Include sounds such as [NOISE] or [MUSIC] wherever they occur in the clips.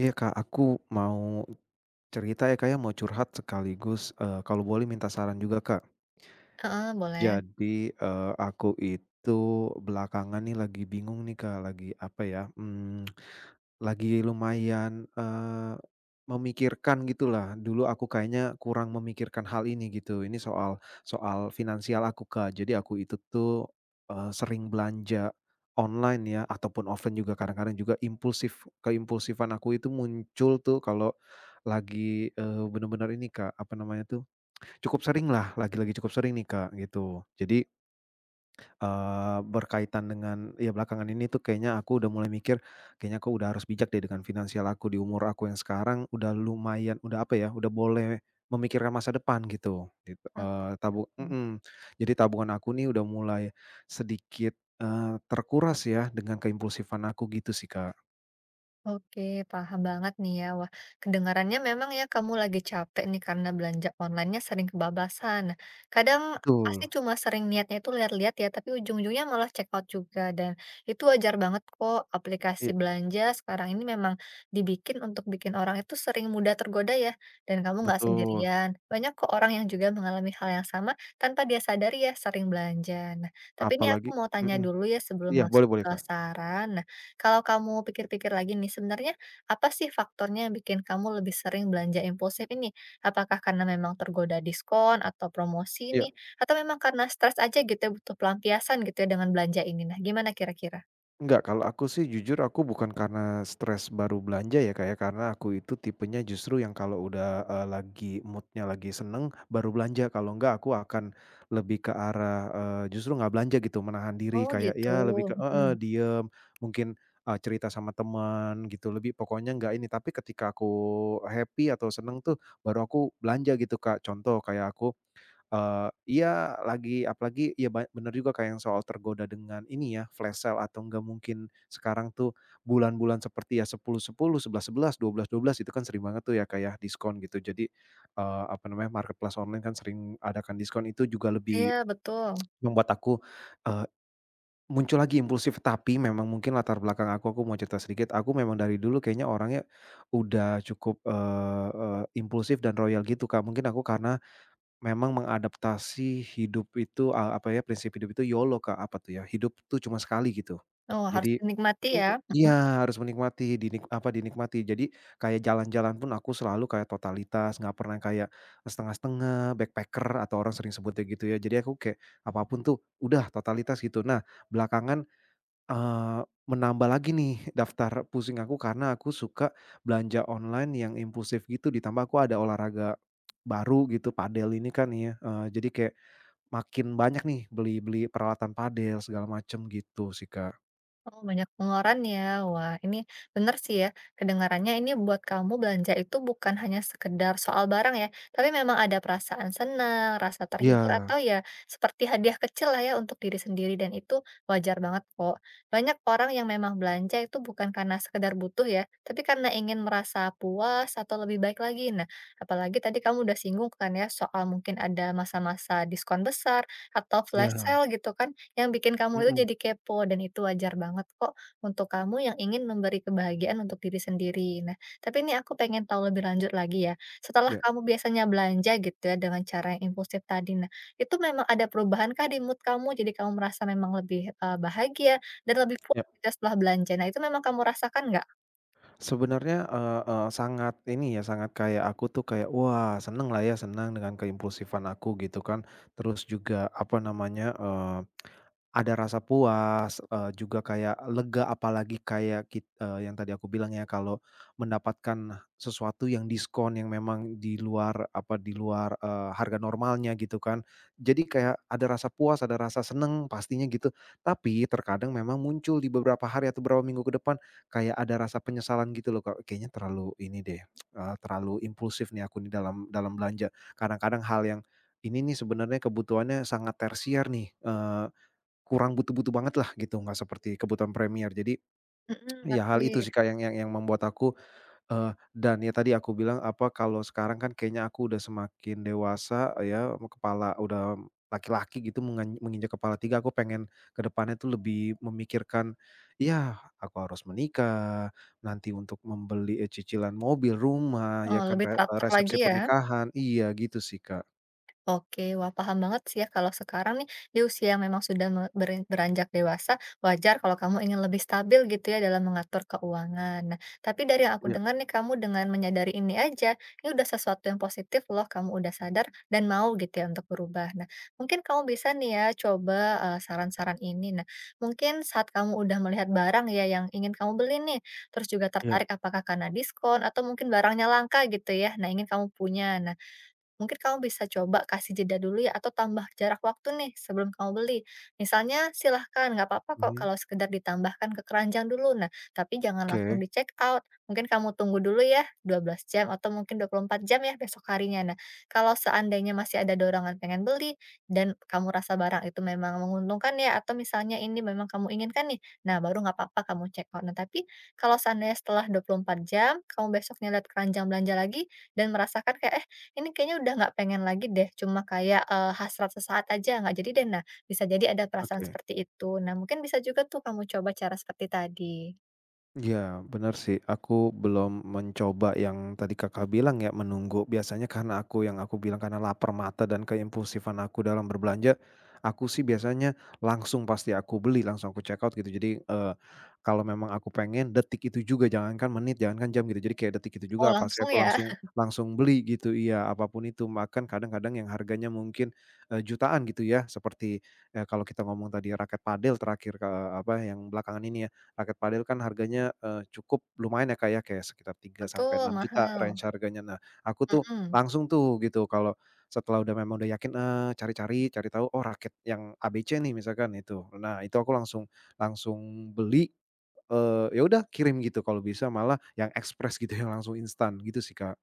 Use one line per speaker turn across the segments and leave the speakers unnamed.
Iya Kak, aku mau cerita ya Kak ya, mau curhat sekaligus, kalau boleh minta saran juga Kak.
Heeh, boleh.
Jadi, aku itu belakangan nih lagi bingung nih Kak, lagi apa ya, lagi lumayan, memikirkan gitulah. Dulu aku kayaknya kurang memikirkan hal ini gitu, ini soal soal finansial aku, Kak. Jadi aku itu tuh, sering belanja online ya, ataupun offline juga kadang-kadang juga impulsif. Keimpulsifan aku itu muncul tuh kalau lagi, bener-bener ini, Kak, apa namanya tuh, cukup sering lah, lagi-lagi cukup sering nih, Kak, gitu. Jadi, berkaitan dengan ya belakangan ini tuh kayaknya aku udah mulai mikir, kayaknya aku udah harus bijak deh dengan finansial aku di umur aku yang sekarang udah lumayan, udah apa ya, udah boleh memikirkan masa depan gitu, gitu, tabu,
Mmm,
jadi tabungan aku nih udah mulai sedikit, terkuras ya dengan keimpulsifan aku gitu sih, Kak.
oke, paham banget nih ya. Wah, kedengarannya memang ya kamu lagi capek nih karena belanja online-nya sering kebablasan. Nah, kadang pasti
Betul,
cuma sering niatnya itu lihat-lihat ya, tapi ujung-ujungnya malah check out juga dan itu wajar banget kok. Aplikasi
iya
belanja sekarang ini memang dibikin untuk bikin orang itu sering mudah tergoda ya, dan kamu nggak
betul,
sendirian. Banyak kok orang yang juga mengalami hal yang sama tanpa dia sadari ya sering belanja. Nah, tapi ini aku
apalagi,
mau tanya
mhm.
dulu ya sebelum
Iya,
masuk
boleh boleh,
ke
Kak,
saran. Kalau kamu pikir-pikir lagi nih, sebenarnya apa sih faktornya yang bikin kamu lebih sering belanja impulsif ini? Apakah karena memang tergoda diskon atau promosi
iya.
nih? Atau memang karena stres aja gitu ya, butuh pelampiasan gitu ya dengan belanja ini? Nah, gimana kira-kira?
Enggak, kalau aku sih jujur aku bukan karena stres baru belanja ya Kak ya. Karena aku itu tipenya justru yang kalau udah, lagi moodnya lagi seneng, baru belanja. Kalau enggak aku akan lebih ke arah, justru nggak belanja gitu, menahan diri
Oh
kayak
gitu,
ya lebih ke heeh,
mhm.
diem, mungkin, cerita sama teman gitu, lebih pokoknya nggak ini. Tapi ketika aku happy atau seneng tuh, baru aku belanja gitu Kak. Contoh kayak aku, iya lagi apalagi ya, bener juga kayak yang soal tergoda dengan ini ya, flash sale atau enggak. Mungkin sekarang tuh bulan-bulan seperti ya 10.10, 11.11, 12.12 itu kan sering banget tuh ya kayak diskon gitu. Jadi, apa namanya, marketplace online kan sering adakan diskon itu juga
Iya
lebih
betul.
membuat aku, eee, muncul lagi impulsif. Tapi memang mungkin latar belakang aku mau cerita sedikit. Aku memang dari dulu kayaknya orangnya udah cukup, eee eee, impulsif dan royal gitu Kak. Mungkin aku karena memang mengadaptasi hidup itu, apa ya, prinsip hidup itu YOLO Kak, apa tuh ya, hidup tuh cuma sekali gitu.
Oh, harus
Jadi
dinikmati ya?
mhm, iya, harus menikmati, apa, dinikmati. Jadi kayak jalan-jalan pun aku selalu kayak totalitas, nggak pernah kayak setengah-setengah, backpacker atau orang sering sebutnya gitu ya. Jadi aku kayak apapun tuh udah totalitas gitu. Nah, belakangan, menambah lagi nih daftar pusing aku karena aku suka belanja online yang impulsif gitu, ditambah aku ada olahraga baru gitu, padel ini kan ya, jadi kayak makin banyak nih beli-beli peralatan padel segala macam gitu sih, Kak.
Oh, banyak pengeluaran ya. Wah, ini bener sih ya. Kedengarannya ini buat kamu belanja itu bukan hanya sekedar soal barang ya, tapi memang ada perasaan senang, rasa terhibur
Iya
atau ya seperti hadiah kecil lah ya untuk diri sendiri dan itu wajar banget kok. Banyak orang yang memang belanja itu bukan karena sekedar butuh ya, tapi karena ingin merasa puas atau lebih baik lagi. Nah, apalagi tadi kamu udah singgung kan ya soal mungkin ada masa-masa diskon besar atau flash
iya,
sale gitu kan yang bikin kamu itu
mhm,
jadi kepo dan itu wajar banget kok untuk kamu yang ingin memberi kebahagiaan untuk diri sendiri. Nah, tapi ini aku pengen tahu lebih lanjut lagi ya. Setelah
iya
kamu biasanya belanja gitu ya dengan cara yang impulsif tadi, nah itu memang ada perubahan kah di mood kamu? Jadi kamu merasa memang lebih bahagia dan lebih puas
iya.
gitu ya setelah belanja. Nah itu memang kamu rasakan nggak?
Sebenarnya, eee eee, sangat ini ya, sangat kayak aku tuh kayak wah seneng lah ya, senang dengan keimpulsifan aku gitu kan. Terus juga apa namanya, ada rasa puas, juga kayak lega, apalagi kayak yang tadi aku bilang ya, kalau mendapatkan sesuatu yang diskon yang memang di luar apa, di luar, harga normalnya gitu kan. Jadi kayak ada rasa puas, ada rasa seneng pastinya gitu. Tapi terkadang memang muncul di beberapa hari atau beberapa minggu ke depan kayak ada rasa penyesalan gitu loh, Kak, kayaknya terlalu ini deh, terlalu impulsif nih aku nih dalam dalam belanja. Kadang-kadang hal yang ini nih sebenarnya kebutuhannya sangat tersier nih, kurang butuh-butuh banget lah gitu, nggak seperti kebutuhan premier. Jadi,
Mhm,
ya hal
ngerti.
itu sih Kak yang yang membuat aku, dan ya tadi aku bilang apa, kalau sekarang kan kayaknya aku udah semakin dewasa ya, kepala udah laki-laki gitu menginjak kepala tiga, aku pengen ke depannya tuh lebih memikirkan, ya aku harus menikah, nanti untuk membeli, cicilan mobil, rumah, ya
Oh,
kan,
lebih teratur
resepsi
lagi ya?
pernikahan, iya gitu sih Kak.
Oke, wah paham banget sih ya kalau sekarang nih di usia yang memang sudah beranjak dewasa, wajar kalau kamu ingin lebih stabil gitu ya dalam mengatur keuangan. Nah, tapi dari yang aku
Iya
dengar nih kamu dengan menyadari ini aja, ini udah sesuatu yang positif loh, kamu udah sadar dan mau gitu ya untuk berubah. Nah, mungkin kamu bisa nih ya coba saran-saran ini. Nah, mungkin saat kamu udah melihat barang ya yang ingin kamu beli nih, terus juga
iya.
tertarik apakah karena diskon atau mungkin barangnya langka gitu ya. Nah, ingin kamu punya. Nah, mungkin kamu bisa coba kasih jeda dulu ya atau tambah jarak waktu nih sebelum kamu beli. Misalnya silahkan, nggak apa-apa kok
Mhm.
kalau sekedar ditambahkan ke keranjang dulu. Nah, tapi jangan
Oke
langsung di check out. Mungkin kamu tunggu dulu ya 12 jam atau mungkin 24 jam ya besok harinya. Nah, kalau seandainya masih ada dorongan pengen beli dan kamu rasa barang itu memang menguntungkan ya atau misalnya ini memang kamu inginkan nih, nah baru nggak apa-apa kamu check out. Nah, tapi kalau seandainya setelah 24 jam, kamu besoknya lihat keranjang belanja lagi dan merasakan kayak, eh ini kayaknya udah nggak pengen lagi deh, cuma kayak, eee, hasrat sesaat aja, nggak jadi deh. Nah, bisa jadi ada perasaan
oke.
seperti itu. Nah, mungkin bisa juga tuh kamu coba cara seperti tadi.
Iya, benar sih. Aku belum mencoba yang tadi Kakak bilang ya, menunggu. Biasanya karena aku yang aku bilang karena lapar mata dan keimpulsifan aku dalam berbelanja, aku sih biasanya langsung pasti aku beli, langsung aku check out gitu. Jadi, kalau memang aku pengen detik itu juga, jangankan menit, jangankan jam gitu. Jadi kayak detik itu
Oh,
juga pasti
langsung
aku
ya?
langsung
[LAUGHS]
langsung beli gitu, iya, apapun itu. Makan kadang-kadang yang harganya mungkin, jutaan gitu ya, seperti, kalau kita ngomong tadi raket padel terakhir, apa yang belakangan ini, raket padel kan harganya, cukup lumayan ya, Kak, ya, kayak sekitar tiga sampai
Betul,
enam juta range
mahal.
harganya. Nah, aku tuh
Mhm.
langsung tuh gitu kalau setelah udah memang udah yakin, cari-cari, cari tahu, oh raket yang ABC nih misalkan itu. Nah, itu aku langsung langsung beli, ya udah kirim gitu kalau bisa malah yang ekspres gitu [LAUGHS] yang langsung instan gitu sih, Kak.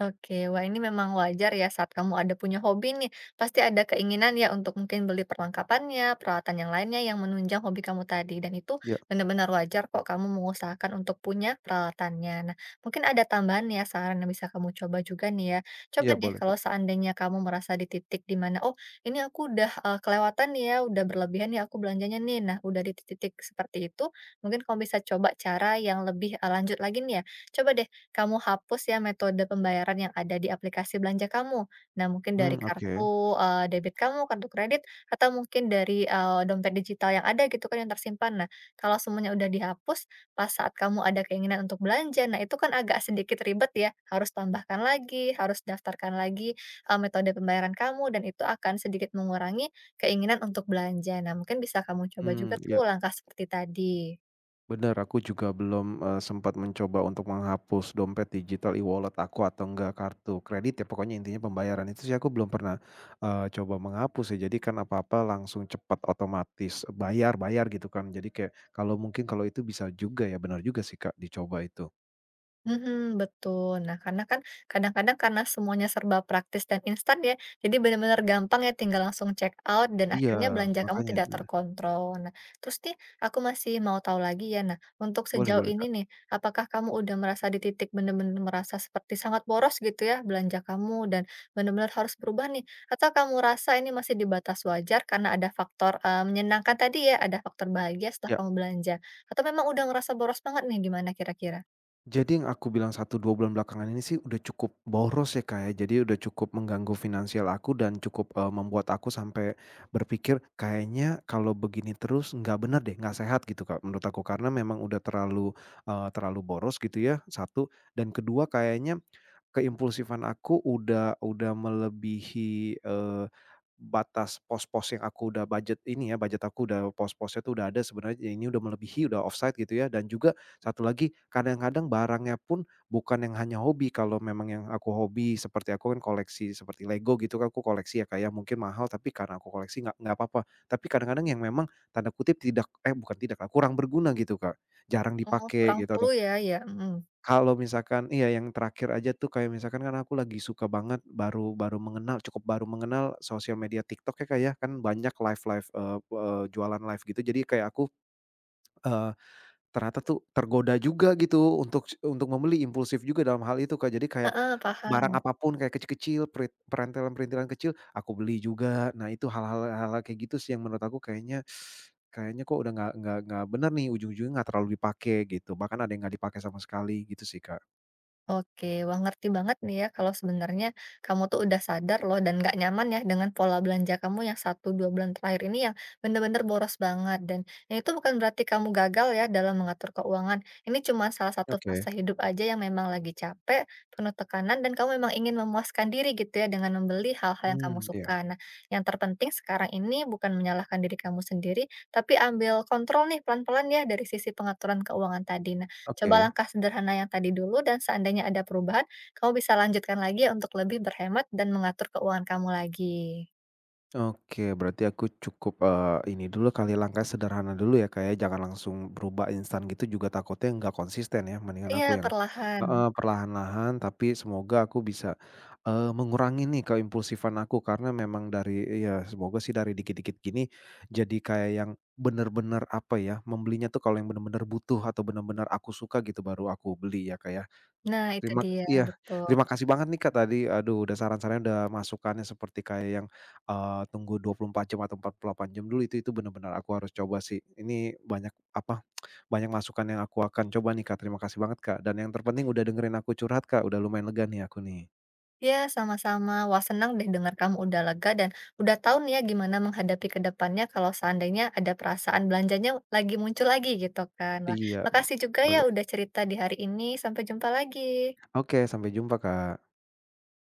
Oke, wah ini memang wajar ya saat kamu ada punya hobi nih, pasti ada keinginan ya untuk mungkin beli perlengkapannya, peralatan yang lainnya yang menunjang hobi kamu tadi. Dan itu
Iya
benar-benar wajar kok kamu mengusahakan untuk punya peralatannya. Nah, mungkin ada tambahan ya saran yang bisa kamu coba juga nih ya. Coba
iya
deh
boleh, Kak.
kalau seandainya kamu merasa di titik di mana, oh ini aku udah kelewatan nih ya, udah berlebihan ya aku belanjanya nih. Nah, udah di titik seperti itu, mungkin kamu bisa coba cara yang lebih lanjut lagi nih ya. Coba deh kamu hapus ya metode pembayaran yang ada di aplikasi belanja kamu. Nah, mungkin dari
Mhm, oke.
kartu, eee, debit kamu, kartu kredit, atau mungkin dari, eee, dompet digital yang ada gitu kan yang tersimpan. Nah, kalau semuanya udah dihapus, pas saat kamu ada keinginan untuk belanja, nah itu kan agak sedikit ribet ya, harus tambahkan lagi, harus daftarkan lagi, metode pembayaran kamu dan itu akan sedikit mengurangi keinginan untuk belanja. Nah, mungkin bisa kamu coba
Mmm,
juga
iya.
tuh langkah seperti tadi.
Benar, aku juga belum, sempat mencoba untuk menghapus dompet digital, e-wallet aku atau enggak kartu kredit ya, pokoknya intinya pembayaran itu sih aku belum pernah, coba menghapus ya. Jadi kan apa-apa langsung cepat otomatis bayar bayar gitu kan. Jadi kayak kalau mungkin kalau itu bisa juga ya, benar juga sih Kak, dicoba itu.
Mhm, betul. Nah, karena kan kadang-kadang karena semuanya serba praktis dan instan ya, jadi benar-benar gampang ya tinggal langsung check out dan
Iya,
akhirnya belanja kamu
makanya,
tidak
mhm,
terkontrol. Nah, terus nih aku masih mau tahu lagi ya, nah untuk
boleh
sejauh
boleh
ini
Kak,
nih, apakah kamu udah merasa di titik benar-benar merasa seperti sangat boros gitu ya belanja kamu dan benar-benar harus berubah nih? Atau kamu rasa ini masih di batas wajar karena ada faktor menyenangkan tadi ya, ada faktor bahagia setelah
ya.
kamu belanja? Atau memang udah ngerasa boros banget nih, gimana kira-kira?
Jadi yang aku bilang satu 2 bulan belakangan ini sih udah cukup boros ya, Kak, ya. Jadi udah cukup mengganggu finansial aku dan cukup, membuat aku sampai berpikir, "Kayaknya kalau begini terus nggak bener deh, nggak sehat," gitu, Kak, menurut aku. Karena memang udah terlalu, terlalu boros gitu ya, satu, dan kedua kayaknya keimpulsifan aku udah melebihi, batas pos-pos yang aku udah budget ini ya, budget aku udah pos-posnya tuh udah ada sebenarnya, ini udah melebihi, udah offside gitu ya. Dan juga satu lagi, kadang-kadang barangnya pun bukan yang hanya hobi. Kalau memang yang aku hobi seperti aku kan koleksi seperti Lego gitu kan, aku koleksi ya kayak mungkin mahal tapi karena aku koleksi nggak apa-apa. Tapi kadang-kadang yang memang tanda kutip tidak eh bukan tidak, lah, kurang berguna gitu Kak, jarang
Oh,
dipakai
kurang
gitu.
clue ya, ya, mhm,
Kalau misalkan iya yang terakhir aja tuh kayak misalkan kan aku lagi suka banget baru baru mengenal cukup baru mengenal sosial media TikTok ya, Kak, ya, kan banyak live-live, eee eee, jualan live gitu jadi kayak aku, eee, ternyata tuh tergoda juga gitu untuk membeli impulsif juga dalam hal itu, Kak, jadi kayak
heeh,
barang
paham.
apapun kayak kecil-kecil perintilan-perintilan kecil aku beli juga. Nah itu hal-hal kayak gitu sih yang menurut aku kayaknya kayaknya kok udah nggak benar nih, ujung-ujungnya nggak terlalu dipakai gitu, bahkan ada yang nggak dipakai sama sekali gitu sih, Kak.
Oke, wah ngerti banget nih ya kalau sebenarnya kamu tuh udah sadar loh dan nggak nyaman ya dengan pola belanja kamu yang satu dua bulan terakhir ini yang bener-bener boros banget dan ya itu bukan berarti kamu gagal ya dalam mengatur keuangan. Ini cuma salah satu
Oke,
fase hidup aja yang memang lagi capek, penuh tekanan dan kamu memang ingin memuaskan diri gitu ya dengan membeli hal-hal yang kamu
mmm, iya,
suka. Nah, yang terpenting sekarang ini bukan menyalahkan diri kamu sendiri, tapi ambil kontrol nih pelan-pelan ya dari sisi pengaturan keuangan tadi. Coba
oke
langkah sederhana yang tadi dulu dan seandainya ada perubahan, kamu bisa lanjutkan lagi ya untuk lebih berhemat dan mengatur keuangan kamu lagi.
oke. Berarti aku cukup, ini dulu kali, langkah sederhana dulu ya, Kak, ya, jangan langsung berubah instan gitu juga takutnya nggak konsisten ya. Mendingan
Iya,
aku yang
perlahan.
heeh, perlahan-lahan tapi semoga aku bisa, mengurangi nih keimpulsifan aku, karena memang dari, iya, semoga sih dari dikit-dikit gini jadi kayak yang bener-bener, apa ya, membelinya tuh kalau yang bener-bener butuh atau bener-bener aku suka gitu baru aku beli ya, Kak, ya.
Nah, itu dia,
Iya,
betul.
terima kasih banget nih Kak tadi, aduh udah saran-sarannya, udah masukannya seperti kayak yang, tunggu 24 jam atau 48 jam dulu, itu benar-benar aku harus coba sih. Ini banyak, apa, banyak masukan yang aku akan coba nih Kak, terima kasih banget Kak, dan yang terpenting udah dengerin aku curhat Kak, udah lumayan lega nih aku nih.
Ya sama-sama. Wah, senang deh dengar kamu udah lega dan udah tahu nih ya gimana menghadapi ke depannya kalau seandainya ada perasaan belanjanya lagi muncul lagi gitu kan. Wah,
Iya,
makasih juga ya
boleh.
udah cerita di hari ini. Sampai jumpa lagi.
Oke, sampai jumpa Kak.